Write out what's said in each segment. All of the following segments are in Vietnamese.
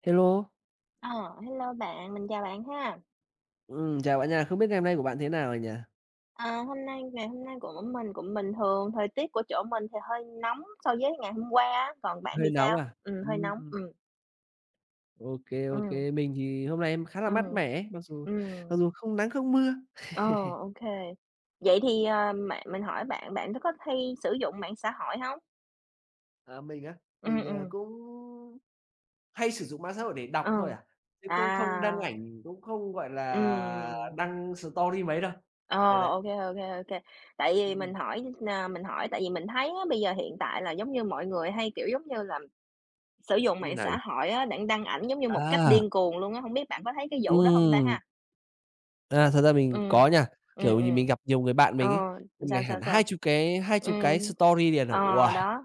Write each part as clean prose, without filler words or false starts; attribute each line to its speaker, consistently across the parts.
Speaker 1: Hello,
Speaker 2: Ờ, Hello bạn, mình chào bạn ha.
Speaker 1: chào bạn nha. Không biết ngày hôm nay của bạn thế nào rồi nhỉ?
Speaker 2: Ờ, Hôm nay ngày hôm nay của mình cũng bình thường, thời tiết của chỗ mình thì hơi nóng so với ngày hôm qua á, còn bạn
Speaker 1: Hơi
Speaker 2: thì
Speaker 1: nóng
Speaker 2: sao?
Speaker 1: à?
Speaker 2: Hơi nóng.
Speaker 1: Ừm,
Speaker 2: Ừ.
Speaker 1: ok.
Speaker 2: Ừ.
Speaker 1: kê, Mình thì hôm nay em khá là mát
Speaker 2: Ừ.
Speaker 1: mẻ ấy, mặc dù mặc
Speaker 2: ừm.
Speaker 1: dù không nắng không mưa.
Speaker 2: Ờ, OK. Vậy thì, bạn mình hỏi bạn, bạn có hay sử dụng mạng xã hội không?
Speaker 1: Ờ, mình á,
Speaker 2: Ừ.
Speaker 1: mình,
Speaker 2: Ừ.
Speaker 1: cũng hay sử dụng mạng xã hội để đọc
Speaker 2: ờ,
Speaker 1: thôi à, chứ
Speaker 2: à,
Speaker 1: cũng không đăng ảnh, cũng không, gọi là,
Speaker 2: Ừ.
Speaker 1: đăng story mấy đâu.
Speaker 2: Ờ,
Speaker 1: Đấy, đấy.
Speaker 2: OK, OK, OK. Tại vì
Speaker 1: Ừm, ừm.
Speaker 2: mình hỏi, mình hỏi tại vì mình thấy á, bây giờ hiện tại là giống như mọi người hay, kiểu, giống như là sử dụng
Speaker 1: Như
Speaker 2: mạng
Speaker 1: nào nhỉ?
Speaker 2: xã hội á, bạn đăng ảnh giống như một cách
Speaker 1: À,
Speaker 2: điên cuồng luôn á, hông biết bạn có thấy cái vụ đó hông ta
Speaker 1: ừm,
Speaker 2: ha?
Speaker 1: thật ra mình
Speaker 2: Ừm,
Speaker 1: có nha.
Speaker 2: ừm,
Speaker 1: Kiểu như mình
Speaker 2: ừm.
Speaker 1: gặp nhiều người bạn
Speaker 2: Ờ,
Speaker 1: mình ấy, một ngày
Speaker 2: Sao,
Speaker 1: hẳn
Speaker 2: sao, sao?
Speaker 1: 20 cái 20 cái
Speaker 2: Ừm,
Speaker 1: story liền rồi, uầy,
Speaker 2: Đó,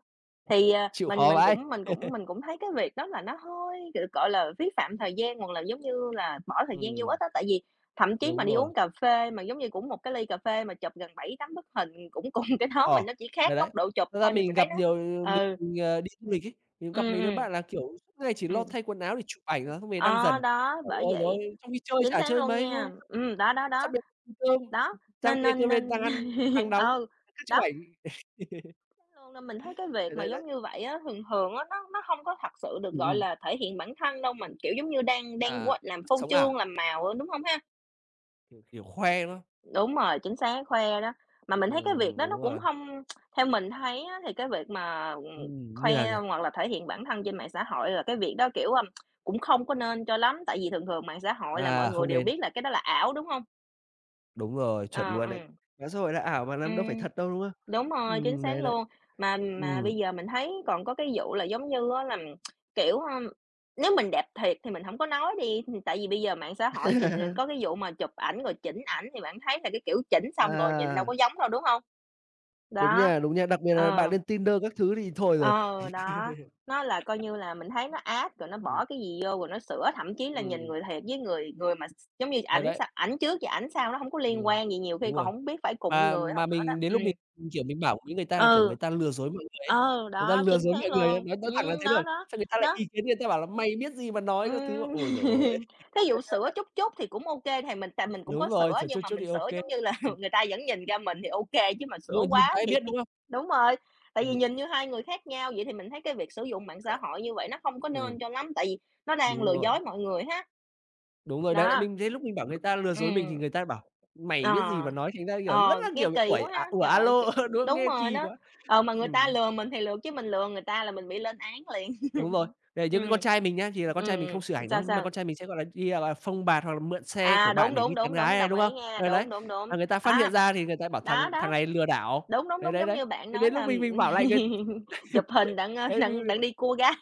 Speaker 2: thì,
Speaker 1: chịu
Speaker 2: mình
Speaker 1: khó
Speaker 2: mình
Speaker 1: vãi.
Speaker 2: cũng mình cũng mình cũng thấy cái việc đó là nó hơi, gọi là, phí phạm thời gian hoặc là, giống như là, bỏ thời gian vô
Speaker 1: Ừm,
Speaker 2: ích á. Tại vì thậm chí mà
Speaker 1: đúng
Speaker 2: đi
Speaker 1: rồi.
Speaker 2: uống cà phê mà giống như cũng một cái ly cà phê mà chụp gần 7 8 bức hình cũng cùng cái đó, mà
Speaker 1: Ờ,
Speaker 2: nó chỉ khác
Speaker 1: đấy, đấy.
Speaker 2: góc độ chụp
Speaker 1: Thật ra
Speaker 2: thôi thì
Speaker 1: mình
Speaker 2: mình
Speaker 1: gặp
Speaker 2: thấy nó.
Speaker 1: nhiều
Speaker 2: ừ,
Speaker 1: mình, đi du lịch ấy, mình gặp
Speaker 2: ừm,
Speaker 1: mấy đứa
Speaker 2: ừm.
Speaker 1: bạn là, kiểu, suốt ngày chỉ lo
Speaker 2: Ừm,
Speaker 1: thay quần áo để chụp ảnh là xong về đăng
Speaker 2: Ờ,
Speaker 1: dần.
Speaker 2: Đó,
Speaker 1: Bảo
Speaker 2: bởi
Speaker 1: ôi giời
Speaker 2: vậy,
Speaker 1: ơi, trong khi chơi
Speaker 2: chính
Speaker 1: chả
Speaker 2: xác
Speaker 1: chơi
Speaker 2: luôn
Speaker 1: mấy, đúng
Speaker 2: nha.
Speaker 1: không?
Speaker 2: Đó, đó,
Speaker 1: Sắp
Speaker 2: đó,
Speaker 1: đến giờ cơm,
Speaker 2: đó,
Speaker 1: rang
Speaker 2: nên
Speaker 1: bia kêu
Speaker 2: nên
Speaker 1: lên đang
Speaker 2: nên
Speaker 1: ăn, đang nóng,
Speaker 2: ừ,
Speaker 1: cứ chụp
Speaker 2: đó,
Speaker 1: ảnh.
Speaker 2: luôn nên mình thấy cái
Speaker 1: Đấy,
Speaker 2: việc mà
Speaker 1: đấy, đấy.
Speaker 2: giống như vậy á, thường thường á, nó hông có thật sự được
Speaker 1: Ừm,
Speaker 2: gọi
Speaker 1: ừm.
Speaker 2: là thể hiện bản thân đâu, mình, kiểu, giống như đang đang
Speaker 1: À,
Speaker 2: quên làm phô
Speaker 1: sống ảo,
Speaker 2: trương, làm màu á, đúng hông ha?
Speaker 1: kiểu, kiểu, khoe, đúng không?
Speaker 2: Đúng rồi, chính xác, khoe đó. Mà mình thấy cái việc đó nó
Speaker 1: Đúng
Speaker 2: cũng
Speaker 1: rồi.
Speaker 2: hông theo mình thấy á, thì cái việc mà,
Speaker 1: Như nào
Speaker 2: khoe
Speaker 1: nhỉ?
Speaker 2: hoặc là thể hiện bản thân trên mạng xã hội là cái việc đó, kiểu, cũng không có nên cho lắm, tại vì thường thường mạng xã hội là mọi
Speaker 1: À,
Speaker 2: người
Speaker 1: không
Speaker 2: đều
Speaker 1: nên.
Speaker 2: biết là cái đó là ảo, đúng hông?
Speaker 1: Đúng rồi, chuẩn
Speaker 2: Ờ,
Speaker 1: luôn đấy.
Speaker 2: ừm.
Speaker 1: Mạng xã hội là ảo mà, làm đâu phải
Speaker 2: Ừm,
Speaker 1: thật đâu, đúng không?
Speaker 2: Đúng rồi, chính
Speaker 1: Đấy,
Speaker 2: xác
Speaker 1: đấy.
Speaker 2: luôn. Mà
Speaker 1: Ừm.
Speaker 2: bây giờ mình thấy còn có cái vụ là, giống như á, là, kiểu, nếu mình đẹp thiệt thì mình không có nói đi, tại vì bây giờ mạng xã hội trình có cái vụ mà chụp ảnh rồi chỉnh ảnh thì bạn thấy là cái kiểu chỉnh xong rồi nhìn đâu
Speaker 1: À,
Speaker 2: có giống đâu, đúng không? Đó,
Speaker 1: đúng nha, đặc biệt là bạn
Speaker 2: ờ.
Speaker 1: lên Tinder các thứ thì thôi rồi.
Speaker 2: Ờ, Đó, nó là coi như là mình thấy nó áp, rồi nó
Speaker 1: Ừm,
Speaker 2: bỏ cái gì vô rồi nó sửa, thậm chí là nhìn
Speaker 1: ừm,
Speaker 2: người thiệt với người người mà s giống như
Speaker 1: đấy,
Speaker 2: ảnh
Speaker 1: đấy,
Speaker 2: s ảnh trước và ảnh sau nó không có liên
Speaker 1: ừm,
Speaker 2: quan gì, nhiều khi
Speaker 1: đúng
Speaker 2: còn
Speaker 1: rồi.
Speaker 2: không biết phải cụng
Speaker 1: Mà
Speaker 2: người
Speaker 1: mà
Speaker 2: không nữa đó.
Speaker 1: mình đến lúc mình, kiểu, mình bảo với người ta là, kiểu,
Speaker 2: Ừ,
Speaker 1: người ta lừa dối mọi người ấy, người ta
Speaker 2: Đó,
Speaker 1: lừa
Speaker 2: chính
Speaker 1: dối
Speaker 2: xác
Speaker 1: mọi người,
Speaker 2: luôn.
Speaker 1: nói thẳng là thế
Speaker 2: Đó,
Speaker 1: luôn,
Speaker 2: đó,
Speaker 1: xong người ta lại
Speaker 2: nó
Speaker 1: ý kiến, người ta bảo là "Mày biết gì mà nói" các thứ,
Speaker 2: Ừm,
Speaker 1: ôi giời ơi!
Speaker 2: thí dụ sữa chút chút thì cũng ok thì mình tại mình cũng
Speaker 1: Đúng
Speaker 2: có
Speaker 1: rồi,
Speaker 2: sữa
Speaker 1: sửa chút
Speaker 2: nhưng mà
Speaker 1: chút thì
Speaker 2: mình
Speaker 1: ô
Speaker 2: sữa
Speaker 1: kê.
Speaker 2: giống như là
Speaker 1: Ừm,
Speaker 2: người ta vẫn nhìn ra mình thì ok chứ mà
Speaker 1: đúng
Speaker 2: sữa
Speaker 1: rồi, nhìn vào
Speaker 2: quá
Speaker 1: cái
Speaker 2: thì
Speaker 1: biết, đúng không?
Speaker 2: đúng rồi, tại vì
Speaker 1: Ừm,
Speaker 2: nhìn như hai người khác nhau, vậy thì mình thấy cái việc sử dụng mạng xã
Speaker 1: đấy.
Speaker 2: hội như vậy nó không có
Speaker 1: Ừm,
Speaker 2: nên cho lắm, tại vì nó đang
Speaker 1: đúng
Speaker 2: lừa
Speaker 1: rồi.
Speaker 2: dối mọi người ha.
Speaker 1: Đúng rồi, đấy, đấy,
Speaker 2: Đó,
Speaker 1: mình thế lúc mình bảo người ta lừa dối mình thì
Speaker 2: ừm,
Speaker 1: người ta bảo: "Mày
Speaker 2: ờ,
Speaker 1: biết gì mà nói?" Thành ra, kiểu, rất là,
Speaker 2: Nghe
Speaker 1: kiểu,
Speaker 2: kỳ
Speaker 1: uẩy
Speaker 2: quá
Speaker 1: à,
Speaker 2: ha,
Speaker 1: ủa
Speaker 2: trời
Speaker 1: a
Speaker 2: ơi, kiểu
Speaker 1: đúng không?
Speaker 2: đúng
Speaker 1: Nghe
Speaker 2: rồi
Speaker 1: kỳ
Speaker 2: đó,
Speaker 1: quá.
Speaker 2: mà người ta
Speaker 1: Ừm,
Speaker 2: lừa mình thì lừa chứ mình lừa người ta là mình bị lên án liền.
Speaker 1: đúng rồi. Để như cái con
Speaker 2: Ừm.
Speaker 1: trai mình nhá, thì là con trai mình không
Speaker 2: Ừm,
Speaker 1: sửa ảnh
Speaker 2: Sao,
Speaker 1: đâu, nhưng mà con
Speaker 2: sao?
Speaker 1: trai mình sẽ, gọi là, đi, gọi là, phông bạt hoặc là mượn xe của
Speaker 2: À,
Speaker 1: bạn
Speaker 2: đúng,
Speaker 1: để đi
Speaker 2: đúng,
Speaker 1: tán
Speaker 2: đúng,
Speaker 1: gái
Speaker 2: đúng,
Speaker 1: này,
Speaker 2: đồng
Speaker 1: đúng
Speaker 2: ý
Speaker 1: không?
Speaker 2: nha,
Speaker 1: Đấy, đấy,
Speaker 2: đúng, đúng,
Speaker 1: mà
Speaker 2: đúng.
Speaker 1: người ta phát hiện
Speaker 2: À,
Speaker 1: ra thì người ta bảo
Speaker 2: Đó,
Speaker 1: thằng thằng
Speaker 2: đó,
Speaker 1: này lừa đảo.
Speaker 2: đúng, đúng,
Speaker 1: Đấy,
Speaker 2: đúng,
Speaker 1: đấy,
Speaker 2: giống
Speaker 1: đấy,
Speaker 2: như bạn
Speaker 1: thế
Speaker 2: nói
Speaker 1: đến lúc
Speaker 2: là
Speaker 1: mình bảo lại người
Speaker 2: chụp hình đặng, ơ,
Speaker 1: đấy, mình
Speaker 2: đặng đặng
Speaker 1: mình
Speaker 2: đi cua gái,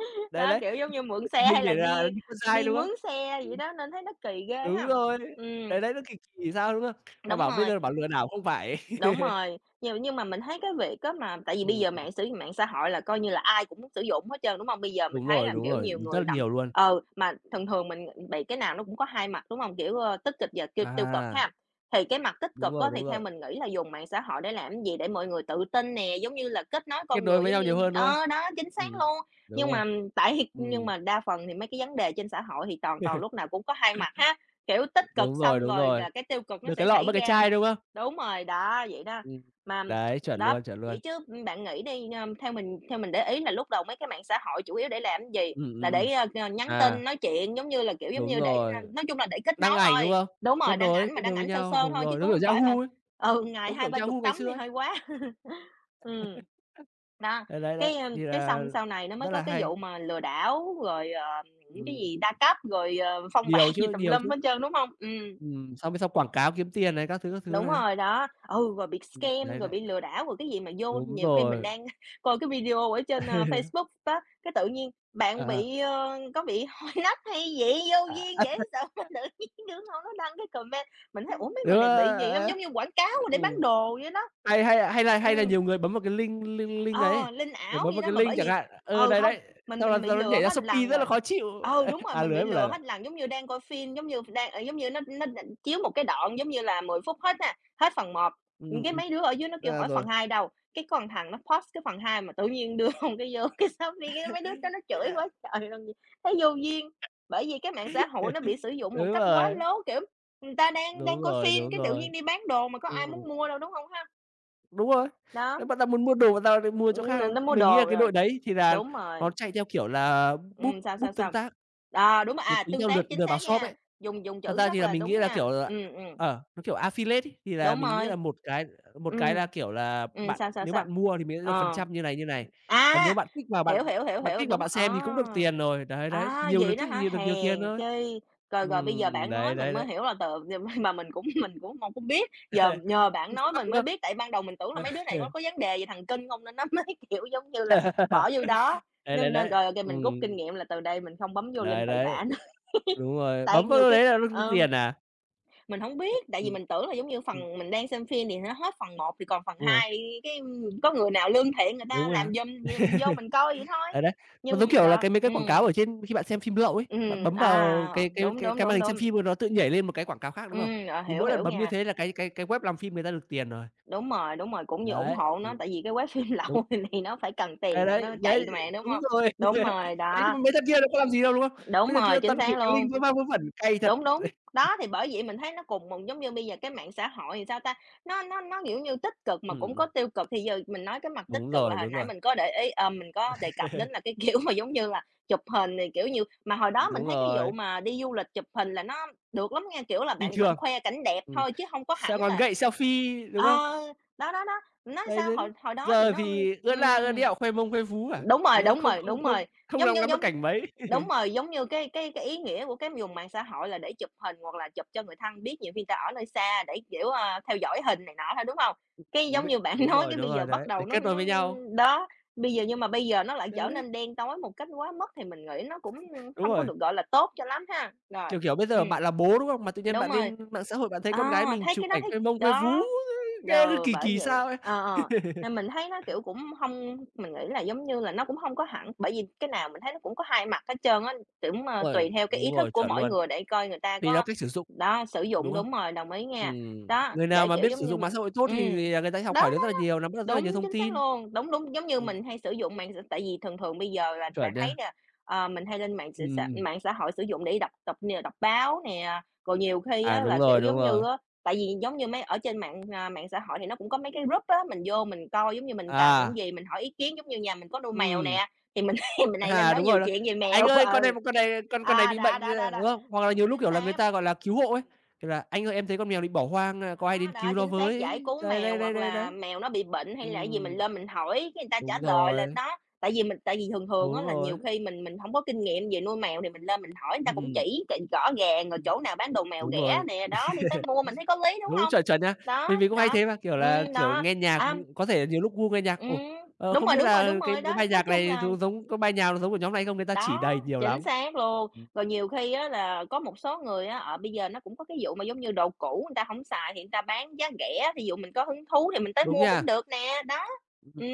Speaker 1: đấy,
Speaker 2: đó,
Speaker 1: đấy,
Speaker 2: kiểu, giống như mượn
Speaker 1: chụp
Speaker 2: xe
Speaker 1: hình
Speaker 2: hay
Speaker 1: để
Speaker 2: là
Speaker 1: là
Speaker 2: đi
Speaker 1: đi con trai,
Speaker 2: đi
Speaker 1: đúng không?
Speaker 2: mướn xe vậy
Speaker 1: Ừm,
Speaker 2: đó, nên thấy nó kỳ ghê
Speaker 1: đúng
Speaker 2: ha.
Speaker 1: rồi,
Speaker 2: Ừm,
Speaker 1: đấy, đấy, nó kỳ kỳ sao, đúng không? Mà
Speaker 2: Đúng
Speaker 1: bảo bây
Speaker 2: rồi.
Speaker 1: giờ bảo lừa đảo không phải.
Speaker 2: Đúng rồi, nhưng mà mình thấy cái việc á mà tại vì bây
Speaker 1: Ừm,
Speaker 2: giờ
Speaker 1: ừm,
Speaker 2: mạng xã hội là coi như là ai cũng sử dụng hết trơn, đúng hông? Bây giờ mình thấy là,
Speaker 1: đúng
Speaker 2: kiểu,
Speaker 1: rồi,
Speaker 2: nhiều
Speaker 1: rất
Speaker 2: người
Speaker 1: là
Speaker 2: nằm
Speaker 1: nhiều luôn.
Speaker 2: mà thường thường mình bị cái nào nó cũng có hai mặt, đúng hông? Kiểu, tích cực và tiêu tiêu cực
Speaker 1: À,
Speaker 2: ha. Thì cái mặt tích cực á, thì
Speaker 1: đúng
Speaker 2: theo
Speaker 1: rồi,
Speaker 2: mình nghĩ là dùng mạng xã hội để làm cái gì? Để mọi người tự tin nè, giống như là kết nối
Speaker 1: kết
Speaker 2: con
Speaker 1: nối
Speaker 2: người
Speaker 1: với
Speaker 2: giống
Speaker 1: nhau nhiều
Speaker 2: như
Speaker 1: hơn, đúng không?
Speaker 2: đó, chính xác
Speaker 1: Ừm,
Speaker 2: luôn.
Speaker 1: đúng
Speaker 2: Nhưng
Speaker 1: rồi.
Speaker 2: mà tại nhưng
Speaker 1: Ừm,
Speaker 2: mà đa phần thì mấy cái vấn đề trên xã hội thì toàn toàn lúc nào cũng có hai mặt ha, kiểu, tích cực
Speaker 1: đúng rồi,
Speaker 2: xong
Speaker 1: đúng
Speaker 2: rồi
Speaker 1: rồi,
Speaker 2: là cái tiêu cực nó
Speaker 1: được cái
Speaker 2: sẽ
Speaker 1: lọ mất
Speaker 2: xảy
Speaker 1: cái
Speaker 2: ra.
Speaker 1: chai, đúng không?
Speaker 2: Đúng rồi, đó, vậy đó.
Speaker 1: Ừm,
Speaker 2: Mà
Speaker 1: đấy, chuẩn
Speaker 2: đó,
Speaker 1: luôn, chuẩn luôn.
Speaker 2: vậy chứ, bạn nghĩ đi, theo mình để ý là lúc đầu mấy cái mạng xã hội chủ yếu để làm cái gì?
Speaker 1: Ừm, ừm,
Speaker 2: Là
Speaker 1: ừm,
Speaker 2: để, nhắn
Speaker 1: à,
Speaker 2: tin, nói chuyện, giống như là, kiểu, giống
Speaker 1: đúng
Speaker 2: như để
Speaker 1: rồi,
Speaker 2: nói chung là để kết
Speaker 1: đăng
Speaker 2: nối
Speaker 1: ảnh, đúng
Speaker 2: thôi.
Speaker 1: không?
Speaker 2: Đúng rồi,
Speaker 1: Kết
Speaker 2: đăng
Speaker 1: nối
Speaker 2: ảnh mà
Speaker 1: kết
Speaker 2: đăng
Speaker 1: nối với
Speaker 2: ảnh sơ
Speaker 1: nhau,
Speaker 2: sơ
Speaker 1: đúng
Speaker 2: thôi chứ
Speaker 1: rồi, giống
Speaker 2: cũng không
Speaker 1: kiểu
Speaker 2: phải mà
Speaker 1: Yahoo ấy,
Speaker 2: ngày
Speaker 1: giống
Speaker 2: hai
Speaker 1: kiểu
Speaker 2: ba chục
Speaker 1: Yahoo ngày
Speaker 2: tấm
Speaker 1: xưa
Speaker 2: thì
Speaker 1: ấy.
Speaker 2: hơi quá. Ừm. Đó,
Speaker 1: Đấy, đấy,
Speaker 2: cái,
Speaker 1: đấy, thì
Speaker 2: cái
Speaker 1: là
Speaker 2: xong sau này nó mới
Speaker 1: rất
Speaker 2: có
Speaker 1: là
Speaker 2: cái
Speaker 1: hay.
Speaker 2: vụ mà lừa đảo, rồi, những cái
Speaker 1: Ừm,
Speaker 2: gì đa cấp, rồi, phông bạt gì tùm
Speaker 1: nhiều
Speaker 2: lum
Speaker 1: chứ,
Speaker 2: hết trơn, đúng không?
Speaker 1: xong mới xong quảng cáo kiếm tiền này, các thứ
Speaker 2: Đúng
Speaker 1: này.
Speaker 2: rồi đó, ừ, rồi bị scam,
Speaker 1: Đấy,
Speaker 2: rồi
Speaker 1: đấy,
Speaker 2: bị lừa đảo, rồi cái gì mà vô
Speaker 1: đúng
Speaker 2: nhiều khi mình
Speaker 1: rồi.
Speaker 2: đang coi cái video ở trên, Facebook đó, cái tự nhiên
Speaker 1: Ờ,
Speaker 2: bạn
Speaker 1: ờ.
Speaker 2: bị, có bị hôi nách hay gì, vô duyên
Speaker 1: À,
Speaker 2: vậy, sao mà tự nhiên đứa con nó đăng cái comment, mình thấy, ủa, mấy người
Speaker 1: nếu,
Speaker 2: này bị gì hông,
Speaker 1: a,
Speaker 2: giống như quảng cáo để bán
Speaker 1: ừm,
Speaker 2: đồ vậy đó.
Speaker 1: hay hay hay là
Speaker 2: Ừm.
Speaker 1: nhiều người bấm vào cái link link link ấy,
Speaker 2: Ờ, linh
Speaker 1: kiểu,
Speaker 2: ảo
Speaker 1: bấm
Speaker 2: vậy
Speaker 1: vào
Speaker 2: đó,
Speaker 1: cái
Speaker 2: mà
Speaker 1: link
Speaker 2: bởi
Speaker 1: chẳng
Speaker 2: vì
Speaker 1: hạn, ừ,
Speaker 2: ừ,
Speaker 1: đấy,
Speaker 2: không
Speaker 1: đấy,
Speaker 2: mình
Speaker 1: xong là
Speaker 2: mình
Speaker 1: xong
Speaker 2: bị
Speaker 1: nó
Speaker 2: lừa
Speaker 1: nhảy ra
Speaker 2: hết
Speaker 1: Shopee
Speaker 2: lần
Speaker 1: rất là
Speaker 2: rồi.
Speaker 1: khó chịu,
Speaker 2: Ừ, đúng rồi,
Speaker 1: à,
Speaker 2: mình bị
Speaker 1: lưới một
Speaker 2: lừa
Speaker 1: lần à?
Speaker 2: hết lần, giống như đang coi phim, giống như đang giống như nó chiếu một cái đoạn, giống như là 10 phút hết nè hết phần 1,
Speaker 1: Ừm,
Speaker 2: cái
Speaker 1: ừm,
Speaker 2: mấy đứa ở dưới nó kêu
Speaker 1: à,
Speaker 2: hỏi
Speaker 1: rồi.
Speaker 2: "Phần 2 đâu?" Cái con thằng nó post cái phần 2 mà tự nhiên đưa hông cái vô cái Shopee, cái mấy đứa đó nó chửi quá trời luôn, thấy vô duyên. Bởi vì cái mạng xã hội nó bị sử dụng một
Speaker 1: Đúng
Speaker 2: cách quá
Speaker 1: rồi,
Speaker 2: lố, kiểu, người ta đang đang
Speaker 1: đúng
Speaker 2: coi
Speaker 1: rồi,
Speaker 2: phim
Speaker 1: đúng
Speaker 2: cái tự
Speaker 1: rồi,
Speaker 2: nhiên đi bán đồ mà có ai
Speaker 1: ừm,
Speaker 2: muốn mua đâu, đúng không ha?
Speaker 1: đúng rồi.
Speaker 2: Đó,
Speaker 1: Nếu bạn nào muốn mua đồ bạn nào lại mua chỗ khác thôi.
Speaker 2: nó mua
Speaker 1: Mình nghĩ là
Speaker 2: đồ
Speaker 1: cái
Speaker 2: rồi.
Speaker 1: đội đấy thì là
Speaker 2: Đúng rồi,
Speaker 1: nó chạy theo kiểu là, búp
Speaker 2: sao,
Speaker 1: búp
Speaker 2: sao,
Speaker 1: tương
Speaker 2: sao?
Speaker 1: tác,
Speaker 2: À đúng rồi,
Speaker 1: nó
Speaker 2: à,
Speaker 1: tính
Speaker 2: tương
Speaker 1: theo lượt
Speaker 2: tác, chính
Speaker 1: lượt vào
Speaker 2: xác
Speaker 1: shop
Speaker 2: nha,
Speaker 1: ấy.
Speaker 2: dùng dùng
Speaker 1: Thật
Speaker 2: chữ
Speaker 1: ra thì
Speaker 2: rất
Speaker 1: là
Speaker 2: là
Speaker 1: mình nghĩ
Speaker 2: đúng
Speaker 1: là,
Speaker 2: nha.
Speaker 1: kiểu là nó kiểu affiliate ấy, thì là
Speaker 2: Đúng
Speaker 1: mình nghĩ
Speaker 2: rồi.
Speaker 1: là một cái
Speaker 2: Ừm.
Speaker 1: là, kiểu là, bạn
Speaker 2: Sao, sao,
Speaker 1: nếu
Speaker 2: sao?
Speaker 1: bạn mua thì mình sẽ được phần
Speaker 2: Ờ.
Speaker 1: trăm như này, như này. Còn
Speaker 2: À,
Speaker 1: nếu bạn kích vào bạn
Speaker 2: hiểu, hiểu, hiểu,
Speaker 1: bạn
Speaker 2: hiểu,
Speaker 1: kích vào
Speaker 2: đúng,
Speaker 1: bạn xem thì cũng được tiền rồi. Đấy, đấy, thì
Speaker 2: À,
Speaker 1: nhiều lượt
Speaker 2: vậy đó
Speaker 1: kích
Speaker 2: hả?
Speaker 1: nhiều được nhiều tiền
Speaker 2: Hèn
Speaker 1: thôi.
Speaker 2: chi, rồi rồi bây giờ bạn
Speaker 1: Đấy,
Speaker 2: nói mình
Speaker 1: đấy,
Speaker 2: mới
Speaker 1: đấy.
Speaker 2: hiểu là từ mà mình cũng hông có biết, giờ nhờ bạn
Speaker 1: Cũng thắc
Speaker 2: nói
Speaker 1: mắc,
Speaker 2: mình
Speaker 1: đúng
Speaker 2: mới
Speaker 1: không?
Speaker 2: biết, tại ban đầu mình tưởng là mấy đứa này có vấn đề gì thần kinh không nên nó mới, kiểu, giống như là, bỏ vô đó,
Speaker 1: Đấy, đấy,
Speaker 2: nên nên
Speaker 1: đấy.
Speaker 2: rồi, ô mình rút kinh nghiệm là từ đây mình không bấm vô
Speaker 1: Đấy,
Speaker 2: link bậy
Speaker 1: đấy,
Speaker 2: bạ nữa,
Speaker 1: đúng rồi.
Speaker 2: tại
Speaker 1: Bấm vào
Speaker 2: nhiều
Speaker 1: lúc
Speaker 2: cái
Speaker 1: đấy là nó được
Speaker 2: ờ.
Speaker 1: tiền à?
Speaker 2: Mình hổng biết, tại vì
Speaker 1: Ừm,
Speaker 2: mình tưởng là giống như
Speaker 1: ừm,
Speaker 2: phần mình đang xem phim thì nó hết phần một thì còn phần
Speaker 1: đúng rồi,
Speaker 2: 2 cái có người nào lương thiện người ta
Speaker 1: đúng rồi.
Speaker 2: làm giùm vậy mình vô mình coi vậy thôi.
Speaker 1: Đấy, đấy. Nó giống
Speaker 2: Nhưng
Speaker 1: kiểu là
Speaker 2: đó,
Speaker 1: cái mấy cái quảng cáo ở trên khi bạn xem phim lậu ấy, bạn bấm vào cái cái
Speaker 2: đúng,
Speaker 1: cái
Speaker 2: đúng,
Speaker 1: cái màn
Speaker 2: đúng,
Speaker 1: hình xem
Speaker 2: đúng,
Speaker 1: phim rồi nó tự nhảy lên một cái quảng cáo khác, đúng không?
Speaker 2: ờ,
Speaker 1: Thì
Speaker 2: hiểu,
Speaker 1: mỗi lần
Speaker 2: hiểu
Speaker 1: bấm như
Speaker 2: nha.
Speaker 1: thế là cái web làm phim người ta được tiền rồi.
Speaker 2: Đúng rồi, cũng như ủng
Speaker 1: Đấy,
Speaker 2: hộ nó, tại vì cái web phim
Speaker 1: đúng.
Speaker 2: lậu thì nó phải cần
Speaker 1: Đấy,
Speaker 2: tiền để
Speaker 1: đấy,
Speaker 2: nó chạy
Speaker 1: đấy,
Speaker 2: mà, đúng
Speaker 1: đúng
Speaker 2: hông?
Speaker 1: rồi.
Speaker 2: Đúng rồi,
Speaker 1: Đấy, nhưng
Speaker 2: đó,
Speaker 1: mà mấy thằng kia nó có làm gì đâu, đúng không?
Speaker 2: đúng
Speaker 1: Mấy thằng kia
Speaker 2: rồi,
Speaker 1: nó
Speaker 2: chính
Speaker 1: toàn gửi
Speaker 2: xác
Speaker 1: cái
Speaker 2: luôn.
Speaker 1: link vớ va vớ vẩn, cay thật.
Speaker 2: Đúng, đúng. Đó, thì bởi vậy mình thấy nó cùng một giống như bây giờ cái mạng xã hội thì sao ta, nó, kiểu như, tích cực mà cũng có
Speaker 1: ừm,
Speaker 2: tiêu cực. Thì giờ mình nói cái mặt
Speaker 1: đúng
Speaker 2: tích cực
Speaker 1: rồi,
Speaker 2: là hồi
Speaker 1: đúng
Speaker 2: nãy
Speaker 1: rồi.
Speaker 2: mình có để ý mình có đề cập đến là cái kiểu mà giống như là chụp hình thì, kiểu như mà hồi đó mình
Speaker 1: Đúng
Speaker 2: thấy cái
Speaker 1: rồi,
Speaker 2: vụ mà đi du lịch chụp hình là nó được lắm nghe, kiểu là,
Speaker 1: bình
Speaker 2: bạn bạn
Speaker 1: thường.
Speaker 2: khoe cảnh đẹp
Speaker 1: Ừm.
Speaker 2: thôi chứ không có
Speaker 1: Sao
Speaker 2: hẳn
Speaker 1: còn
Speaker 2: là
Speaker 1: gậy selfie, đúng
Speaker 2: ờ,
Speaker 1: không?
Speaker 2: đó, đó, đó, nói
Speaker 1: Đấy,
Speaker 2: sao
Speaker 1: đấy, đấy.
Speaker 2: hồi hồi đó thì
Speaker 1: Giờ
Speaker 2: nó.
Speaker 1: thì ươn la ươn
Speaker 2: ừm.
Speaker 1: ẹo, khoe mông khoe phú à,
Speaker 2: Đúng
Speaker 1: thành
Speaker 2: rồi,
Speaker 1: ra cũng
Speaker 2: đúng
Speaker 1: không
Speaker 2: rồi,
Speaker 1: không
Speaker 2: đúng
Speaker 1: không
Speaker 2: rồi,
Speaker 1: không
Speaker 2: giống
Speaker 1: dám
Speaker 2: như
Speaker 1: ngắm được
Speaker 2: giống
Speaker 1: cảnh mấy.
Speaker 2: đúng rồi, giống như cái ý nghĩa của cái dùng mạng xã hội là để chụp hình hoặc là chụp cho người thân biết, nhiều khi người ta ở nơi xa để, kiểu, theo dõi hình này nọ thôi, đúng không? Cái giống
Speaker 1: Biết
Speaker 2: như bạn nói cái
Speaker 1: đúng
Speaker 2: bây
Speaker 1: rồi,
Speaker 2: giờ bắt
Speaker 1: đấy, để
Speaker 2: đầu nó
Speaker 1: kết nối
Speaker 2: nó
Speaker 1: với nhau.
Speaker 2: đó. Bây giờ nhưng mà bây giờ nó lại
Speaker 1: Đấy,
Speaker 2: trở
Speaker 1: đấy,
Speaker 2: nên đen tối một cách quá mức thì mình nghĩ nó cũng
Speaker 1: đúng
Speaker 2: không có
Speaker 1: rồi,
Speaker 2: được gọi là tốt cho lắm ha. Rồi,
Speaker 1: kiểu, kiểu, bây
Speaker 2: ừ.
Speaker 1: giờ bạn là bố, đúng không? Mà tự nhiên
Speaker 2: Đúng
Speaker 1: bạn
Speaker 2: rồi.
Speaker 1: lên mạng xã hội bạn thấy
Speaker 2: Ờ,
Speaker 1: con gái mình
Speaker 2: thấy
Speaker 1: chụp
Speaker 2: cái đó
Speaker 1: ảnh
Speaker 2: thấy
Speaker 1: khoe mông khoe phú,
Speaker 2: đó,
Speaker 1: nghe cứ
Speaker 2: rồi
Speaker 1: kỳ
Speaker 2: bởi
Speaker 1: kỳ
Speaker 2: vậy,
Speaker 1: sao ấy.
Speaker 2: ờ, ờ, nên mình thấy nó, kiểu, cũng không, mình nghĩ là giống như là nó cũng không có hẳn, bởi vì cái nào mình thấy nó cũng có hai mặt hết trơn á, cũng,
Speaker 1: Uầy,
Speaker 2: tùy theo cái ý
Speaker 1: đúng
Speaker 2: thức
Speaker 1: rồi,
Speaker 2: của
Speaker 1: chuẩn
Speaker 2: mỗi
Speaker 1: luôn,
Speaker 2: người để coi người ta
Speaker 1: tùy theo
Speaker 2: có.
Speaker 1: cách sử dụng,
Speaker 2: Đó, sử
Speaker 1: đúng
Speaker 2: dụng
Speaker 1: không?
Speaker 2: đúng rồi, đồng ý nha. Đó,
Speaker 1: Người nào
Speaker 2: để,
Speaker 1: mà
Speaker 2: kiểu,
Speaker 1: biết
Speaker 2: giống
Speaker 1: sử
Speaker 2: như,
Speaker 1: dụng mạng xã hội tốt
Speaker 2: ừm,
Speaker 1: thì là người ta học
Speaker 2: đó.
Speaker 1: hỏi được rất là nhiều, nắm bắt được rất là nhiều
Speaker 2: Đúng,
Speaker 1: thông
Speaker 2: chính xác
Speaker 1: tin.
Speaker 2: luôn. Đúng, đúng, giống như
Speaker 1: Ừm,
Speaker 2: mình hay sử dụng mạng xã, tại vì thường thường bây giờ là
Speaker 1: chuẩn
Speaker 2: bạn thấy
Speaker 1: nha.
Speaker 2: nè, mình hay lên mạng xã
Speaker 1: Ừm,
Speaker 2: xã
Speaker 1: ừm.
Speaker 2: mạng xã hội sử dụng để đọc đọc nè, đọc báo nè, rồi nhiều khi
Speaker 1: À,
Speaker 2: á
Speaker 1: đúng
Speaker 2: là,
Speaker 1: rồi,
Speaker 2: kiểu,
Speaker 1: đúng
Speaker 2: giống như
Speaker 1: rồi.
Speaker 2: á, tại vì giống như mấy ở trên mạng, à, mạng xã hội thì nó cũng có mấy cái group á, mình vô mình coi, giống như mình cần cái
Speaker 1: À,
Speaker 2: gì mình hỏi ý kiến, giống như nhà mình có nuôi mèo
Speaker 1: ừm.
Speaker 2: nè, thì mình thì mình hay lên
Speaker 1: À,
Speaker 2: đó
Speaker 1: đúng
Speaker 2: nhiều
Speaker 1: rồi đó.
Speaker 2: chuyện về
Speaker 1: "Anh
Speaker 2: mèo,
Speaker 1: ơi, con này
Speaker 2: ừ.
Speaker 1: con này con con này
Speaker 2: À,
Speaker 1: bị
Speaker 2: đó,
Speaker 1: bệnh",
Speaker 2: đó,
Speaker 1: ơ,
Speaker 2: đó, đó,
Speaker 1: đúng không? Hoặc là nhiều
Speaker 2: đúng,
Speaker 1: lúc,
Speaker 2: chính
Speaker 1: kiểu là, người
Speaker 2: xác.
Speaker 1: ta, gọi là, cứu hộ
Speaker 2: Ừm.
Speaker 1: ấy, kiểu là "Anh ơi,
Speaker 2: Ừ.
Speaker 1: em thấy con mèo bị bỏ hoang, a, có ai
Speaker 2: Đó,
Speaker 1: đến cứu
Speaker 2: đó,
Speaker 1: nó
Speaker 2: chính xác,
Speaker 1: với."
Speaker 2: giải cứu
Speaker 1: Đấy,
Speaker 2: mèo
Speaker 1: đấy, đấy,
Speaker 2: hoặc
Speaker 1: đấy, đấy.
Speaker 2: là mèo nó bị bệnh hay là cái gì
Speaker 1: Ừm,
Speaker 2: mình lên mình hỏi cái người ta trả
Speaker 1: đúng
Speaker 2: lời là
Speaker 1: rồi,
Speaker 2: đó. Tại vì thường thường
Speaker 1: đúng
Speaker 2: á là
Speaker 1: rồi.
Speaker 2: nhiều khi mình hổng có kinh nghiệm về nuôi mèo thì mình lên mình hỏi người ta cũng
Speaker 1: Ừm,
Speaker 2: chỉ rõ ràng rồi
Speaker 1: ừm,
Speaker 2: chỗ nào bán đồ mèo
Speaker 1: đúng
Speaker 2: rẻ
Speaker 1: rồi.
Speaker 2: nè, đó, đi tới mua mình thấy có lý, đúng
Speaker 1: Đúng,
Speaker 2: hông?
Speaker 1: chuẩn, chuẩn nha. Mình
Speaker 2: Đó,
Speaker 1: mình cũng hay
Speaker 2: đó,
Speaker 1: thế mà, kiểu là, kiểu,
Speaker 2: đó,
Speaker 1: nghe nhạc
Speaker 2: à,
Speaker 1: cũng có thể nhiều lúc gu nghe nhạc, ồ,
Speaker 2: ừm, đúng
Speaker 1: không
Speaker 2: rồi,
Speaker 1: biết
Speaker 2: đúng
Speaker 1: là
Speaker 2: rồi, đúng
Speaker 1: cái
Speaker 2: rồi,
Speaker 1: cái
Speaker 2: đó,
Speaker 1: bài
Speaker 2: nói
Speaker 1: nhạc
Speaker 2: chung
Speaker 1: này
Speaker 2: là
Speaker 1: giống giống có bài nào giống của nhóm này không? Người ta chỉ
Speaker 2: đó,
Speaker 1: đầy nhiều lắm.
Speaker 2: chính xác luôn.
Speaker 1: Ừm,
Speaker 2: Rồi nhiều khi á là có một số người á, bây giờ nó cũng có cái vụ mà giống như đồ cũ người ta hổng xài thì người ta bán giá rẻ, thí dụ mình có hứng thú thì mình tới
Speaker 1: đúng
Speaker 2: mua cũng
Speaker 1: nha.
Speaker 2: được nè, đó. Ừm,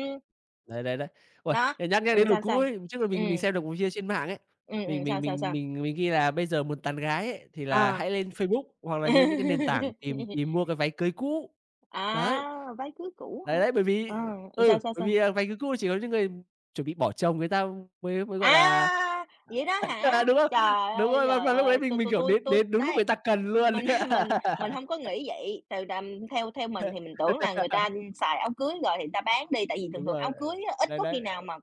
Speaker 1: Đấy, đấy, đấy. Uầy,
Speaker 2: đó,
Speaker 1: để nhắc nhắc đến lùn
Speaker 2: sao,
Speaker 1: cũ
Speaker 2: sao?
Speaker 1: ấy, trước là mình
Speaker 2: Ừm,
Speaker 1: xem được một video trên mạng ấy, mình mình
Speaker 2: sao, sao,
Speaker 1: mình
Speaker 2: sao?
Speaker 1: mình mình ghi là "Bây giờ muốn tán gái ấy, thì là
Speaker 2: Ờ.
Speaker 1: hãy lên Facebook hoặc là lên những cái nền tảng tìm tìm mua cái váy cưới cũ." Đấy,
Speaker 2: À, váy cưới cũ hả?
Speaker 1: đấy, đấy, bởi vì
Speaker 2: Ờ,
Speaker 1: ừ,
Speaker 2: sao, sao,
Speaker 1: bởi vì,
Speaker 2: sao?
Speaker 1: à, váy cưới cũ chỉ có những người chuẩn bị bỏ chồng người ta mới mới, gọi là
Speaker 2: À, vậy đó
Speaker 1: à,
Speaker 2: hả?
Speaker 1: đúng không?
Speaker 2: Trời
Speaker 1: Đúng
Speaker 2: ơi,
Speaker 1: rồi,
Speaker 2: giời
Speaker 1: và lúc đấy
Speaker 2: ơi,
Speaker 1: mình mình,
Speaker 2: tôi
Speaker 1: kiểu,
Speaker 2: tui
Speaker 1: đến
Speaker 2: tui
Speaker 1: đến đúng lúc người
Speaker 2: đấy,
Speaker 1: ta cần luôn.
Speaker 2: mình mình không có nghĩ vậy, từ đầm theo theo mình thì mình tưởng là người ta xài áo cưới rồi thì người ta bán đi, tại vì thường
Speaker 1: Đúng
Speaker 2: thường
Speaker 1: rồi,
Speaker 2: áo cưới á, ít
Speaker 1: đấy,
Speaker 2: có khi
Speaker 1: đấy,
Speaker 2: nào mà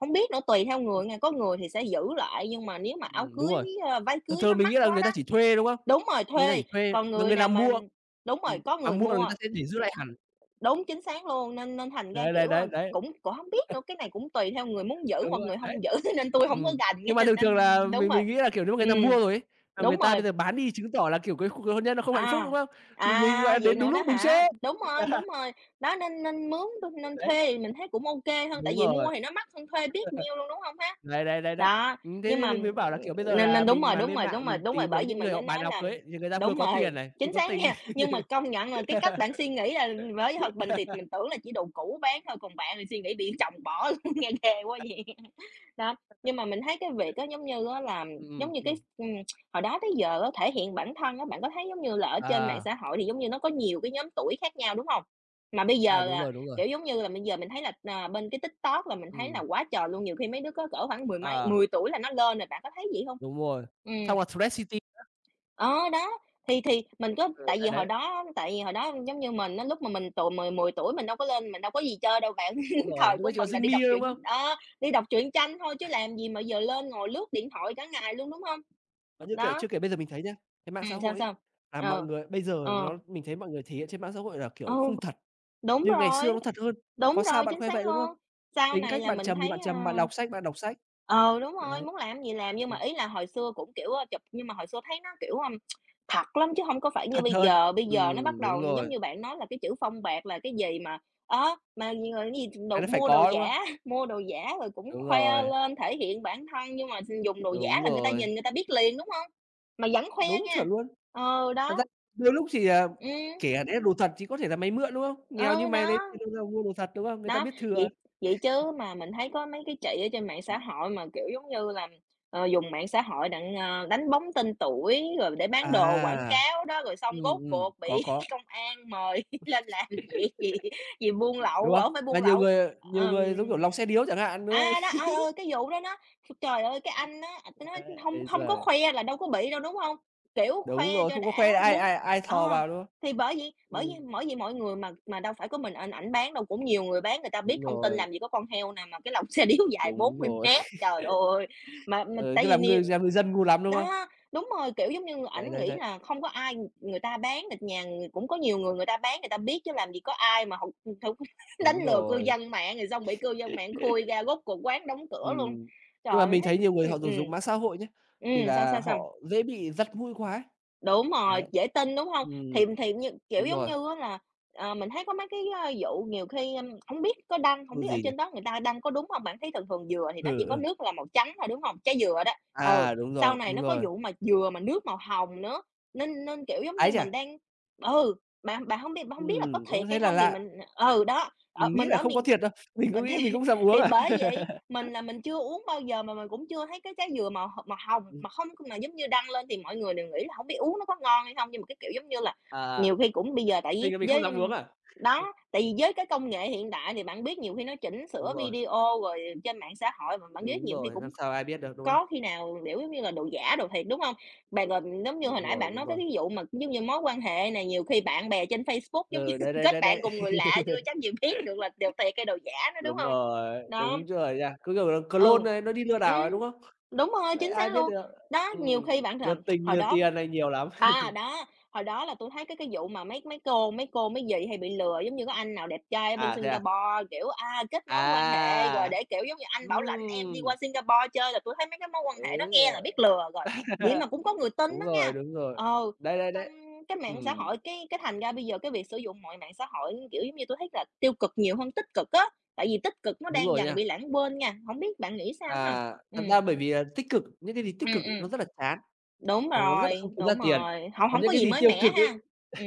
Speaker 2: không biết nữa, tùy theo người nha, có người thì sẽ giữ lại, nhưng mà nếu mà áo
Speaker 1: đúng
Speaker 2: cưới,
Speaker 1: rồi.
Speaker 2: ơ, váy
Speaker 1: Thường
Speaker 2: cưới nó
Speaker 1: thường mình nghĩ
Speaker 2: mắc
Speaker 1: là
Speaker 2: quá
Speaker 1: người
Speaker 2: đó.
Speaker 1: ta chỉ thuê, đúng không?
Speaker 2: Đúng rồi,
Speaker 1: Người ta
Speaker 2: thuê,
Speaker 1: chỉ thuê,
Speaker 2: còn
Speaker 1: mà
Speaker 2: người
Speaker 1: người nào
Speaker 2: nào mà
Speaker 1: mua
Speaker 2: đúng rồi, có
Speaker 1: mà
Speaker 2: người
Speaker 1: mua là người
Speaker 2: mua.
Speaker 1: ta sẽ để giữ lại hẳn.
Speaker 2: Đúng, chính xác luôn, nên nên thành ra,
Speaker 1: Đấy, đấy,
Speaker 2: kiểu,
Speaker 1: đấy, đấy,
Speaker 2: cũng cũng hông biết nữa, cái này cũng tùy theo người muốn giữ
Speaker 1: đúng
Speaker 2: hoặc
Speaker 1: rồi,
Speaker 2: người
Speaker 1: đấy.
Speaker 2: hông giữ nên tui hổng có rành
Speaker 1: Nhưng mà
Speaker 2: nha,
Speaker 1: thường thường
Speaker 2: nên
Speaker 1: là
Speaker 2: đúng
Speaker 1: mình
Speaker 2: rồi.
Speaker 1: mình nghĩ là, kiểu, nếu mà người ta
Speaker 2: Ừm,
Speaker 1: mua rồi ấy, mà người
Speaker 2: đúng
Speaker 1: ta
Speaker 2: rồi,
Speaker 1: bây giờ bán đi chứng tỏ là, kiểu, cái cuộc hôn nhân nó không hạnh phúc,
Speaker 2: à,
Speaker 1: đúng không? Thì mình, gọi là,
Speaker 2: à, vậy
Speaker 1: đến đúng
Speaker 2: nữa đó
Speaker 1: lúc đúng chỗ.
Speaker 2: hả? Đúng rồi, đó, nên nên mướn nên
Speaker 1: Đấy,
Speaker 2: thuê thì mình thấy cũng ok hơn, tại
Speaker 1: đúng
Speaker 2: vì
Speaker 1: rồi,
Speaker 2: mua thì nó mắc hơn thuê biết nhiêu luôn, đúng hông ha?
Speaker 1: đấy, đấy, đấy, đấy.
Speaker 2: Đó,
Speaker 1: Thế
Speaker 2: nhưng
Speaker 1: nên
Speaker 2: mà
Speaker 1: mình mới bảo là, kiểu, bây giờ
Speaker 2: nên
Speaker 1: là
Speaker 2: nên đúng
Speaker 1: mình
Speaker 2: rồi,
Speaker 1: mà
Speaker 2: đúng
Speaker 1: lên
Speaker 2: rồi, đúng
Speaker 1: mạng
Speaker 2: rồi,
Speaker 1: mình
Speaker 2: đúng rồi,
Speaker 1: tìm được
Speaker 2: bởi vì
Speaker 1: những người
Speaker 2: mình mới
Speaker 1: họ bán
Speaker 2: nói
Speaker 1: áo
Speaker 2: là
Speaker 1: cưới ấy, thì người ta vừa
Speaker 2: đúng
Speaker 1: có tiền
Speaker 2: rồi,
Speaker 1: này, vừa
Speaker 2: chính
Speaker 1: có
Speaker 2: xác
Speaker 1: tình.
Speaker 2: nha. Nhưng mà công nhận là cái cách bạn suy nghĩ là với thật mình thì mình tưởng là chỉ đồ cũ bán thôi, còn bạn thì suy nghĩ bị chồng bỏ luôn, nghe ghê quá vậy. Đó, nhưng mà mình thấy cái việc á, giống như á là, giống như cái,
Speaker 1: Ừm.
Speaker 2: hồi đó tới giờ á, thể hiện bản thân á, bạn có thấy giống như là ở trên mạng
Speaker 1: À,
Speaker 2: xã hội thì giống như nó có nhiều cái nhóm tuổi khác nhau, đúng không? Mà bây
Speaker 1: à,
Speaker 2: giờ
Speaker 1: đúng rồi, đúng rồi.
Speaker 2: Kiểu, giống như là, bây giờ mình thấy là, à, bên cái TikTok là mình thấy là
Speaker 1: Ừm,
Speaker 2: quá trời luôn, nhiều khi mấy đứa có cỡ khoảng mười mấy
Speaker 1: ờ.
Speaker 2: 10 tuổi là nó lên rồi, bạn có thấy vậy không?
Speaker 1: Đúng rồi.
Speaker 2: Ừ,
Speaker 1: Xong là Thread City,
Speaker 2: ờ, đó, thì mình có,
Speaker 1: ừ,
Speaker 2: tại vì
Speaker 1: đấy, đấy,
Speaker 2: hồi đó giống như mình á, lúc mà mình tuổi mười mười tuổi mình đâu có lên mình đâu có gì chơi đâu bạn.
Speaker 1: đúng rồi,
Speaker 2: Thời
Speaker 1: lúc
Speaker 2: của
Speaker 1: ấy chỉ có
Speaker 2: mình là
Speaker 1: Zing
Speaker 2: đi
Speaker 1: Me
Speaker 2: đọc
Speaker 1: thôi, đúng không?
Speaker 2: truyện đó, đi đọc truyện tranh thôi chứ làm gì mà giờ lên ngồi lướt điện thoại cả ngày luôn, đúng không?
Speaker 1: Và như kể
Speaker 2: Đó,
Speaker 1: chưa kể bây giờ mình thấy nhá, cái mạng xã
Speaker 2: sao,
Speaker 1: hội ấy,
Speaker 2: sao?
Speaker 1: là mọi
Speaker 2: Ờ,
Speaker 1: người bây giờ
Speaker 2: ờ,
Speaker 1: nó mình thấy mọi người thể hiện trên mạng xã hội là,
Speaker 2: ừ,
Speaker 1: kiểu, không thật,
Speaker 2: đúng
Speaker 1: như ngày
Speaker 2: rồi,
Speaker 1: xưa nó thật hơn. Có
Speaker 2: đúng
Speaker 1: sao
Speaker 2: rồi,
Speaker 1: bạn
Speaker 2: chính
Speaker 1: khoe
Speaker 2: xác
Speaker 1: vậy, đúng không?
Speaker 2: luôn. Sau
Speaker 1: Tính
Speaker 2: này
Speaker 1: cách
Speaker 2: là
Speaker 1: bạn
Speaker 2: mình
Speaker 1: trầm thì bạn
Speaker 2: thấy, ờ.
Speaker 1: trầm, bạn đọc sách, bạn đọc sách.
Speaker 2: Ờ, đúng rồi,
Speaker 1: Đấy.
Speaker 2: muốn làm gì làm, nhưng mà
Speaker 1: Ừm,
Speaker 2: ý là hồi xưa cũng, kiểu, ơ, chụp nhưng mà hồi xưa thấy nó, kiểu, thật lắm chứ không có phải như
Speaker 1: thật
Speaker 2: bây
Speaker 1: hơn.
Speaker 2: giờ. Bây giờ nó bắt
Speaker 1: Đúng
Speaker 2: đầu giống
Speaker 1: rồi,
Speaker 2: như bạn nói là cái chữ phong bạt" là cái gì mà, mà gì rồi cái gì
Speaker 1: cái
Speaker 2: đồ
Speaker 1: đó phải
Speaker 2: mua đồ
Speaker 1: có, đúng không?
Speaker 2: giả, mua đồ giả rồi cũng
Speaker 1: Đúng
Speaker 2: khoe
Speaker 1: rồi,
Speaker 2: lên thể hiện bản thân, nhưng mà dùng đồ giả
Speaker 1: đúng
Speaker 2: là người ta
Speaker 1: rồi,
Speaker 2: nhìn người ta biết liền, đúng không? Mà vẫn khoe
Speaker 1: đúng,
Speaker 2: nha.
Speaker 1: chuẩn luôn.
Speaker 2: Ờ,
Speaker 1: Thật
Speaker 2: đó,
Speaker 1: ra đôi lúc thì, à,
Speaker 2: ừ,
Speaker 1: kể cả đấy là đồ thật chứ có thể là máy mượn, đúng không? "Nghèo như
Speaker 2: ờ
Speaker 1: mày lấy
Speaker 2: đó.
Speaker 1: tiền đâu ra mua đồ thật", đúng không? Người ta
Speaker 2: Đó,
Speaker 1: biết thừa.
Speaker 2: vậy vậy chứ mà mình thấy có mấy cái chị ở trên mạng xã hội mà, kiểu, giống như là, dùng mạng xã hội đặng, đánh bóng tên tuổi rồi để bán đồ quảng
Speaker 1: À,
Speaker 2: cáo đó, rồi xong rốt cuộc bị
Speaker 1: có,
Speaker 2: công an mời lên làm việc vì vì buôn
Speaker 1: đúng
Speaker 2: lậu,
Speaker 1: không?
Speaker 2: ở hông phải
Speaker 1: Mà
Speaker 2: buôn
Speaker 1: nhiều
Speaker 2: lậu,
Speaker 1: người, ờ, nhiều
Speaker 2: ờm
Speaker 1: người, giống kiểu, lọc xe điếu chẳng hạn, đúng không?
Speaker 2: à, đó, cái vụ đó nó trời ơi, cái anh á, ta
Speaker 1: Đấy,
Speaker 2: không
Speaker 1: ây
Speaker 2: hông có
Speaker 1: giời,
Speaker 2: khoe là đâu có bị đâu, đúng không? Kiểu,
Speaker 1: đúng
Speaker 2: khoe
Speaker 1: rồi,
Speaker 2: cho
Speaker 1: không có khoe
Speaker 2: đã
Speaker 1: ai
Speaker 2: bốn
Speaker 1: ai ai thò
Speaker 2: ờ.
Speaker 1: vào, đúng không?
Speaker 2: Thì bởi vì bởi vì
Speaker 1: Ừm,
Speaker 2: bởi vì mọi người mà đâu phải có mình ảnh ảnh bán đâu, cũng nhiều người bán người ta biết
Speaker 1: đúng
Speaker 2: thông tin
Speaker 1: rồi,
Speaker 2: làm gì có con heo nào mà cái lồng xe điếu dài bốn
Speaker 1: đúng
Speaker 2: mươi
Speaker 1: rồi,
Speaker 2: mét, trời ơi! Mà
Speaker 1: ừ,
Speaker 2: tại
Speaker 1: cứ
Speaker 2: vì
Speaker 1: làm
Speaker 2: nhiều
Speaker 1: ngư làm ngư dân ngu lắm, đúng không?
Speaker 2: đó, đúng rồi, kiểu, giống như
Speaker 1: Đấy,
Speaker 2: ảnh
Speaker 1: đấy,
Speaker 2: nghĩ
Speaker 1: đấy,
Speaker 2: là không có ai người ta bán thịt nhà người cũng có nhiều người người ta bán, người ta biết chứ làm gì có ai mà hổng hổng đánh
Speaker 1: đúng
Speaker 2: lừa cư
Speaker 1: rồi,
Speaker 2: dân mạng rồi xong bị cư dân mạng khui ra, rốt cuộc quán đóng cửa luôn.
Speaker 1: ừm.
Speaker 2: Trời
Speaker 1: Nhưng mà
Speaker 2: ơi, mình
Speaker 1: mình
Speaker 2: thấy nó
Speaker 1: thấy nhiều người
Speaker 2: ừm,
Speaker 1: họ dùng
Speaker 2: ừm.
Speaker 1: dùng mạng xã hội nhá, thì
Speaker 2: Sao,
Speaker 1: là
Speaker 2: sao, sao?
Speaker 1: họ dễ bị dắt mũi quá ấy,
Speaker 2: Đúng rồi,
Speaker 1: đấy.
Speaker 2: dễ tin, đúng hông? Thì
Speaker 1: Ừm,
Speaker 2: thì như kiểu,
Speaker 1: đúng
Speaker 2: giống
Speaker 1: rồi,
Speaker 2: như á là, mình thấy có mấy cái, vụ nhiều khi, hổng biết có đăng hổng
Speaker 1: vụ
Speaker 2: biết ở
Speaker 1: gì nhỉ?
Speaker 2: trên đó người ta đăng có đúng hông? Bạn thấy thường thường dừa thì nó chỉ
Speaker 1: Ừ,
Speaker 2: có
Speaker 1: ừ,
Speaker 2: nước là màu trắng thôi, đúng hông? Trái dừa đó, ừ,
Speaker 1: à,
Speaker 2: sau này
Speaker 1: đúng
Speaker 2: nó có
Speaker 1: rồi,
Speaker 2: vụ mà dừa mà nước màu hồng nữa, nên nên, kiểu, giống
Speaker 1: ái
Speaker 2: như
Speaker 1: chà!
Speaker 2: mình đang ừ, bạn bạn hông biết là có
Speaker 1: Đúng
Speaker 2: thiệt
Speaker 1: thế
Speaker 2: hay
Speaker 1: là
Speaker 2: hông thì
Speaker 1: lạ.
Speaker 2: mình đó,
Speaker 1: Mình nghĩ
Speaker 2: mình
Speaker 1: là
Speaker 2: ở
Speaker 1: không có
Speaker 2: miền
Speaker 1: thiệt đâu, mình cũng
Speaker 2: mình thì
Speaker 1: nghĩ mình cũng dám uống
Speaker 2: thì
Speaker 1: à.
Speaker 2: bởi vậy, mình là mình chưa uống bao giờ mà mình cũng chưa thấy cái trái dừa màu màu hồng, mà không mà giống như đăng lên thì mọi người đều nghĩ là không biết uống nó có ngon hay không, nhưng mà cái kiểu giống như là
Speaker 1: à,
Speaker 2: nhiều khi cũng bây giờ tại
Speaker 1: mình
Speaker 2: vì
Speaker 1: là mình không
Speaker 2: với,
Speaker 1: dám uống à?
Speaker 2: đó, tại vì với cái công nghệ hiện đại thì bạn biết nhiều khi nó chỉnh
Speaker 1: Đúng
Speaker 2: sửa
Speaker 1: rồi,
Speaker 2: video rồi trên mạng xã hội mà bạn biết
Speaker 1: đúng
Speaker 2: nhiều khi
Speaker 1: rồi, làm
Speaker 2: cũng
Speaker 1: sao ai biết được, đúng không?
Speaker 2: có khi nào, kiểu, giống như là, đồ giả, đồ thiệt, đúng không? Bạn còn giống như hồi
Speaker 1: Đúng
Speaker 2: nãy
Speaker 1: rồi,
Speaker 2: bạn
Speaker 1: đúng
Speaker 2: nói tới
Speaker 1: rồi.
Speaker 2: cái vụ mà, giống như, mối quan hệ này, nhiều khi bạn bè trên Facebook, giống như,
Speaker 1: Ừ, đấy, đấy,
Speaker 2: kết
Speaker 1: đấy,
Speaker 2: bạn
Speaker 1: đấy.
Speaker 2: cùng người lạ chưa chắc gì biết được là đồ thiệt hay đồ giả nữa, đúng hông? Đó.
Speaker 1: Đúng rồi nha, cứ kiểu là
Speaker 2: Ừ,
Speaker 1: clone này nó đi lừa
Speaker 2: ừm,
Speaker 1: đảo này, đúng không?
Speaker 2: đúng rồi,
Speaker 1: Đấy,
Speaker 2: chính
Speaker 1: ai
Speaker 2: xác
Speaker 1: biết
Speaker 2: luôn.
Speaker 1: được.
Speaker 2: Đó, nhiều khi bạn
Speaker 1: Lừa
Speaker 2: thầm
Speaker 1: tình,
Speaker 2: hồi
Speaker 1: lừa
Speaker 2: đó,
Speaker 1: tiền này nhiều lắm.
Speaker 2: à, đó, hồi đó là tui thấy cái vụ mà mấy mấy cô mấy cô, mấy dì hay bị lừa, giống như có anh nào đẹp trai ở bên
Speaker 1: À, thế à?
Speaker 2: Singapore, kiểu, à, kết nối quan hệ rồi
Speaker 1: À!
Speaker 2: để, kiểu, giống như anh bảo lãnh em đi
Speaker 1: Ừm,
Speaker 2: qua Singapore chơi là tui thấy mấy cái mối quan hệ
Speaker 1: đấy
Speaker 2: đó nghe
Speaker 1: rồi.
Speaker 2: là biết lừa rồi, vậy mà cũng có người tin
Speaker 1: Đúng
Speaker 2: đó
Speaker 1: rồi,
Speaker 2: nha.
Speaker 1: đúng rồi.
Speaker 2: Ờ,
Speaker 1: Đấy, đấy,
Speaker 2: xong
Speaker 1: đấy.
Speaker 2: cái mạng xã
Speaker 1: Ừm,
Speaker 2: hội cái thành ra bây giờ cái việc sử dụng mọi mạng xã hội, kiểu, giống như, tui thấy là tiêu cực nhiều hơn tích cực á. Tại vì tích cực nó
Speaker 1: đúng
Speaker 2: đang
Speaker 1: rồi
Speaker 2: dần
Speaker 1: nha.
Speaker 2: bị lãng quên nha, không biết bạn nghĩ sao ha?
Speaker 1: À,
Speaker 2: Ừm,
Speaker 1: thật ra bởi vì là tích cực, những cái gì tích
Speaker 2: ừm,
Speaker 1: cực ấy nó
Speaker 2: ừm,
Speaker 1: rất là chán, nó rất là không kiếm ra
Speaker 2: đúng
Speaker 1: tiền.
Speaker 2: rồi, không
Speaker 1: Còn
Speaker 2: không
Speaker 1: những
Speaker 2: có
Speaker 1: cái
Speaker 2: gì
Speaker 1: gì
Speaker 2: mới
Speaker 1: tiêu
Speaker 2: mẻ
Speaker 1: cực
Speaker 2: ha.
Speaker 1: ấy
Speaker 2: Ừ.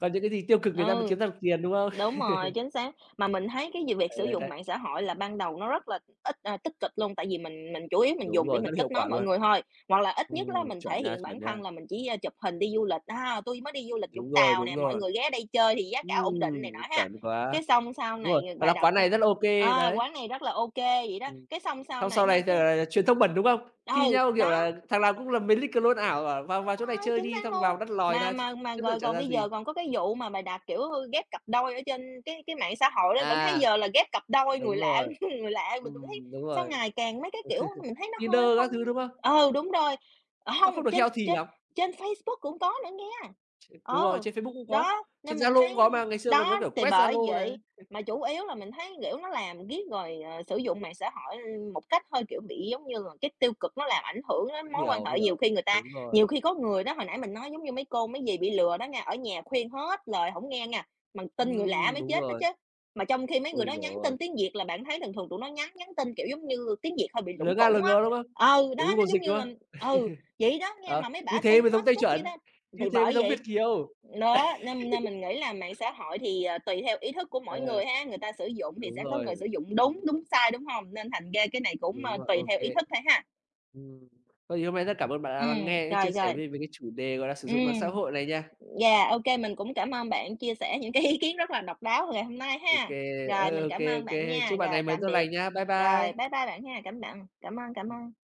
Speaker 1: còn những cái gì tiêu cực người ta mới
Speaker 2: Ừ,
Speaker 1: kiếm ra được tiền, đúng không?
Speaker 2: đúng rồi, chính xác. Mà mình thấy cái gì việc
Speaker 1: Đấy,
Speaker 2: sử
Speaker 1: đấy,
Speaker 2: dụng
Speaker 1: đấy.
Speaker 2: mạng xã hội
Speaker 1: Ừm,
Speaker 2: là ban đầu nó rất là ít, à, tích cực luôn, tại vì mình chủ yếu mình
Speaker 1: đúng
Speaker 2: dùng để
Speaker 1: rồi, rất
Speaker 2: mình
Speaker 1: hiệu
Speaker 2: kết nối
Speaker 1: quả
Speaker 2: mọi
Speaker 1: luôn.
Speaker 2: người thôi, hoặc là ít nhất là mình
Speaker 1: Chuẩn
Speaker 2: thể
Speaker 1: nha,
Speaker 2: hiện bản
Speaker 1: chuẩn nha.
Speaker 2: thân là mình chỉ, a, chụp hình đi du lịch, "À, tôi mới đi du lịch Vũng
Speaker 1: Đúng rồi,
Speaker 2: Tàu
Speaker 1: đúng
Speaker 2: nè, mọi
Speaker 1: rồi.
Speaker 2: người ghé đây chơi thì giá cả ổn định" này nọ ha.
Speaker 1: Chuẩn quá.
Speaker 2: Cái xong sau
Speaker 1: Đúng
Speaker 2: này
Speaker 1: rồi, thật
Speaker 2: bài
Speaker 1: là
Speaker 2: đặt
Speaker 1: quán
Speaker 2: nha,
Speaker 1: này rất là ô kê, đấy.
Speaker 2: "Quán này rất là ok vậy đó,
Speaker 1: Ừm,
Speaker 2: cái xong sau
Speaker 1: xong sau
Speaker 2: này
Speaker 1: này,
Speaker 2: ha, cái
Speaker 1: ờ, truyền thông bẩn, đúng không? Thi
Speaker 2: ừ,
Speaker 1: nhau, kiểu
Speaker 2: đó,
Speaker 1: là, thằng nào cũng làm mấy lít clone ảo bảo "Vào
Speaker 2: đúng
Speaker 1: vào chỗ này
Speaker 2: rồi,
Speaker 1: chơi
Speaker 2: chính
Speaker 1: đi",
Speaker 2: xác
Speaker 1: xong
Speaker 2: luôn.
Speaker 1: vào đắt lòi
Speaker 2: Mà
Speaker 1: ra,
Speaker 2: mà mà
Speaker 1: chất lượng
Speaker 2: rồi
Speaker 1: chả
Speaker 2: còn
Speaker 1: ra
Speaker 2: bây
Speaker 1: gì.
Speaker 2: giờ còn có cái vụ mà bày đặt, kiểu, ghép cặp đôi ở trên cái mạng xã hội đó, bạn thấy
Speaker 1: À,
Speaker 2: giờ là ghép cặp đôi
Speaker 1: đúng
Speaker 2: người lạ
Speaker 1: rồi,
Speaker 2: người lạ, mình cũng thấy
Speaker 1: đúng
Speaker 2: sau
Speaker 1: rồi,
Speaker 2: ngày càng mấy cái, kiểu, mình thấy nó hơi
Speaker 1: Tinder
Speaker 2: không
Speaker 1: các thứ, đúng không?
Speaker 2: ừ, đúng rồi. Ờ,
Speaker 1: Nó
Speaker 2: không
Speaker 1: không được
Speaker 2: trên
Speaker 1: healthy
Speaker 2: trên
Speaker 1: lắm.
Speaker 2: trên Facebook cũng có nữa nghe.
Speaker 1: Đúng rồi,
Speaker 2: Ừ,
Speaker 1: trên Facebook cũng có,
Speaker 2: đó,
Speaker 1: trên
Speaker 2: nên mình
Speaker 1: Zalo
Speaker 2: thấy
Speaker 1: cũng có mà, ngày xưa còn có
Speaker 2: đó,
Speaker 1: kiểu
Speaker 2: thì
Speaker 1: quét
Speaker 2: bởi
Speaker 1: Zalo này.
Speaker 2: vậy, mà chủ yếu là mình thấy, kiểu, nó làm riết rồi, sử dụng mạng xã hội, một cách hơi, kiểu, bị giống như là cái tiêu cực nó làm ảnh hưởng đến mối quan
Speaker 1: Hiểu,
Speaker 2: hệ,
Speaker 1: hiểu, đúng rồi.
Speaker 2: nhiều khi có người đó, hồi nãy mình nói giống như mấy cô, mấy dì bị lừa đó nghe, ở nhà khuyên hết lời không nghe nha, mà tin người lạ mới
Speaker 1: Đúng
Speaker 2: chết đó
Speaker 1: rồi.
Speaker 2: chứ. Mà trong khi mấy người
Speaker 1: Ôi
Speaker 2: đó
Speaker 1: giời
Speaker 2: nhắn
Speaker 1: ơi!
Speaker 2: tin tiếng Việt là bạn thấy thường thường tụi nó nhắn nhắn tin, kiểu, giống như tiếng Việt hơi bị lủng
Speaker 1: LNG,
Speaker 2: củng á.
Speaker 1: LG, đúng không?
Speaker 2: Ừ,
Speaker 1: Kiểu
Speaker 2: đó, nó
Speaker 1: Google
Speaker 2: giống
Speaker 1: Dịch,
Speaker 2: như
Speaker 1: đúng
Speaker 2: là,
Speaker 1: không?
Speaker 2: ừ, vậy đó nghe,
Speaker 1: Đó,
Speaker 2: mà mấy
Speaker 1: như
Speaker 2: bả
Speaker 1: thế
Speaker 2: tin
Speaker 1: mới giống
Speaker 2: hết
Speaker 1: Tây
Speaker 2: sức vậy
Speaker 1: chuẩn,
Speaker 2: đó.
Speaker 1: như
Speaker 2: Thì
Speaker 1: thế mới
Speaker 2: bởi
Speaker 1: giống Việt
Speaker 2: vậy
Speaker 1: kiều.
Speaker 2: đó, nên nên mình nghĩ là mạng xã hội thì, tùy theo ý thức của mỗi
Speaker 1: Ờ,
Speaker 2: người ha, người ta sử dụng thì
Speaker 1: đúng
Speaker 2: sẽ có người
Speaker 1: rồi.
Speaker 2: sử dụng
Speaker 1: Ừm,
Speaker 2: đúng, đúng sai, đúng không? Nên thành ra cái này cũng,
Speaker 1: đúng rồi,
Speaker 2: tùy
Speaker 1: ô
Speaker 2: theo ý
Speaker 1: kê.
Speaker 2: thức thôi ha.
Speaker 1: Ừm, thôi thì hôm nay rất cảm ơn bạn đã lắng
Speaker 2: Ừm,
Speaker 1: nghe chia
Speaker 2: trời
Speaker 1: sẻ
Speaker 2: rồi,
Speaker 1: về về cái chủ đề, gọi là, sử dụng mạng xã
Speaker 2: ừm.
Speaker 1: hội này nha.
Speaker 2: Dạ ô kê, mình cũng cảm ơn bạn chia sẻ những cái ý kiến rất là độc đáo ngày hôm nay
Speaker 1: Ô
Speaker 2: ha.
Speaker 1: kê, ờ,
Speaker 2: Rồi, mình
Speaker 1: ô
Speaker 2: cảm
Speaker 1: kê, ô
Speaker 2: ơn
Speaker 1: kê.
Speaker 2: bạn
Speaker 1: Chúc
Speaker 2: nha.
Speaker 1: bạn ngày
Speaker 2: Rồi,
Speaker 1: mới
Speaker 2: tạm
Speaker 1: tốt
Speaker 2: biệt.
Speaker 1: lành nhá. Bye bye.
Speaker 2: Rồi,
Speaker 1: Ừm.
Speaker 2: bye bye bạn ha. Cảm ơn, cảm ơn.